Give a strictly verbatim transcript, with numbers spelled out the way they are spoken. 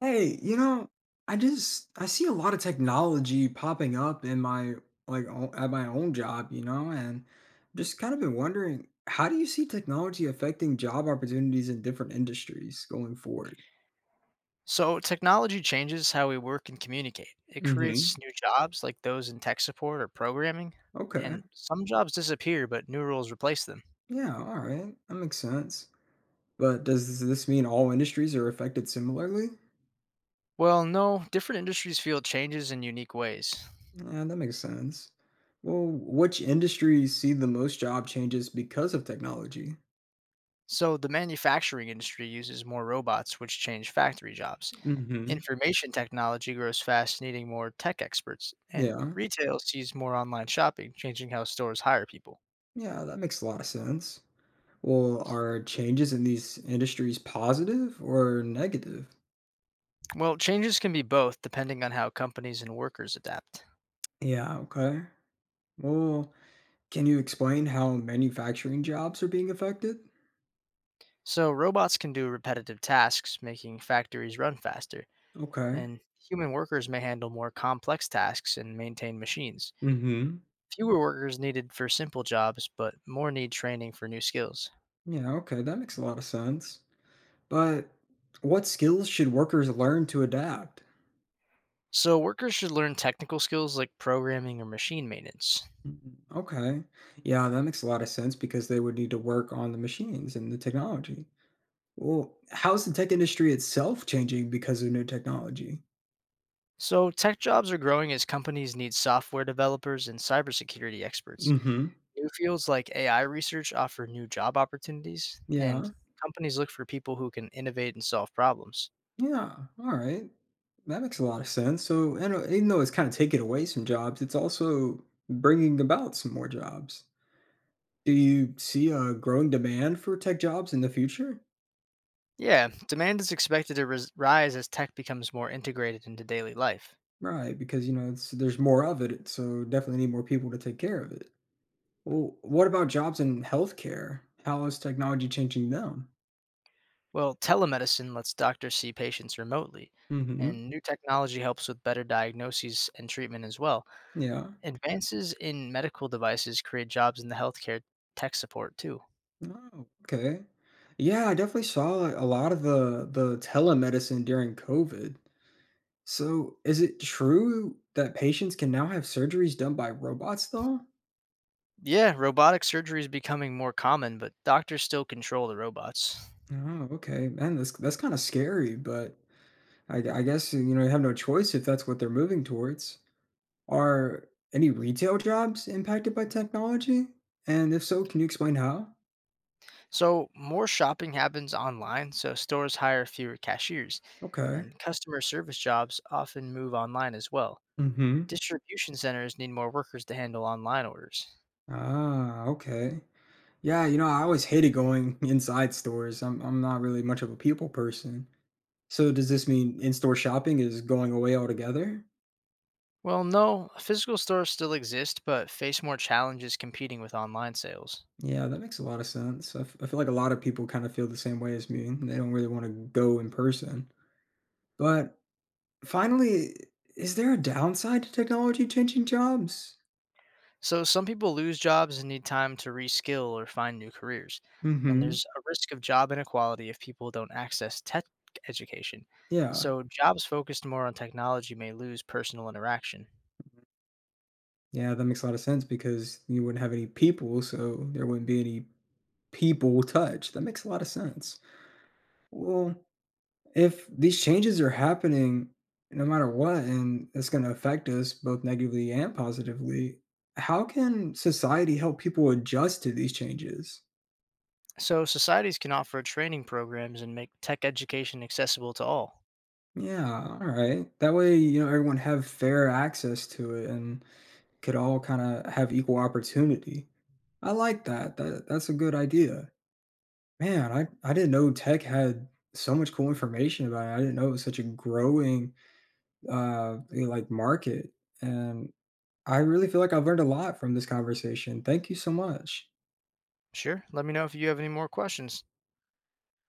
Hey, you know, I just I see a lot of technology popping up in my like o- at my own job, you know, and just kind of been wondering, how do you see technology affecting job opportunities in different industries going forward? So, technology changes how we work and communicate. It Mm-hmm. creates new jobs like those in tech support or programming, Okay. and some jobs disappear, but new roles replace them. Yeah, all right, that makes sense. But does this mean all industries are affected similarly? Well, no, different industries feel changes in unique ways. Yeah, that makes sense. Well, which industries see the most job changes because of technology? So, the manufacturing industry uses more robots, which change factory jobs. Mm-hmm. Information technology grows fast, needing more tech experts. And Yeah. retail sees more online shopping, changing how stores hire people. Yeah, that makes a lot of sense. Well, are changes in these industries positive or negative? Well, changes can be both depending on how companies and workers adapt. Yeah, okay. Well, can you explain how manufacturing jobs are being affected? So robots can do repetitive tasks, making factories run faster, Okay. and human workers may handle more complex tasks and maintain machines. Mm-hmm. Fewer workers needed for simple jobs, but more need training for new skills. Yeah, okay, that makes a lot of sense. But what skills should workers learn to adapt? So workers should learn technical skills like programming or machine maintenance. Mm, okay. Yeah, that makes a lot of sense because they would need to work on the machines and the technology. Well, how's the tech industry itself changing because of new technology? So tech jobs are growing as companies need software developers and cybersecurity experts. Mm-hmm. New fields like A I research offer new job opportunities, and Yeah. companies look for people who can innovate and solve problems. Yeah, all right, that makes a lot of sense. So, and uh, even though it's kind of taking away some jobs, it's also bringing about some more jobs. Do you see a growing demand for tech jobs in the future? Yeah, demand is expected to ris- rise as tech becomes more integrated into daily life. Right, because you know it's, there's more of it, so definitely need more people to take care of it. Well, what about jobs in healthcare? How is technology changing them? Well, telemedicine lets doctors see patients remotely, Mm-hmm. and new technology helps with better diagnoses and treatment as well. Yeah. Advances in medical devices create jobs in the healthcare tech support too. Oh, okay. Yeah, I definitely saw like a lot of the the telemedicine during COVID. So, is it true that patients can now have surgeries done by robots, though? Yeah, robotic surgery is becoming more common, but doctors still control the robots. Oh, okay. Man, that's that's kind of scary, but I, I guess you know you have no choice if that's what they're moving towards. Are any retail jobs impacted by technology? And if so, can you explain how? So, more shopping happens online, so stores hire fewer cashiers, Okay. and customer service jobs often move online as well. Mm-hmm. Distribution centers need more workers to handle online orders. Ah, okay. Yeah, you know, I always hated going inside stores. I'm I'm not really much of a people person. So does this mean in-store shopping is going away altogether? Well, no, physical stores still exist, but face more challenges competing with online sales. Yeah, that makes a lot of sense. I, f- I feel like a lot of people kind of feel the same way as me, and they don't really want to go in person. But finally, is there a downside to technology changing jobs? So some people lose jobs and need time to reskill or find new careers. And Hmm. there's a risk of job inequality if people don't access tech education. Yeah. So jobs focused more on technology may lose personal interaction. Yeah, that makes a lot of sense because you wouldn't have any people, so there wouldn't be any people touch. That makes a lot of sense. Well, if these changes are happening no matter what, and it's going to affect us both negatively and positively, how can society help people adjust to these changes? So societies can offer training programs and make tech education accessible to all. Yeah, all right. That way, you know, everyone have fair access to it and could all kind of have equal opportunity. I like that. That that's a good idea. Man, I I didn't know tech had so much cool information about it. I didn't know it was such a growing uh you know, like, market. And I really feel like I've learned a lot from this conversation. Thank you so much. Sure, let me know if you have any more questions.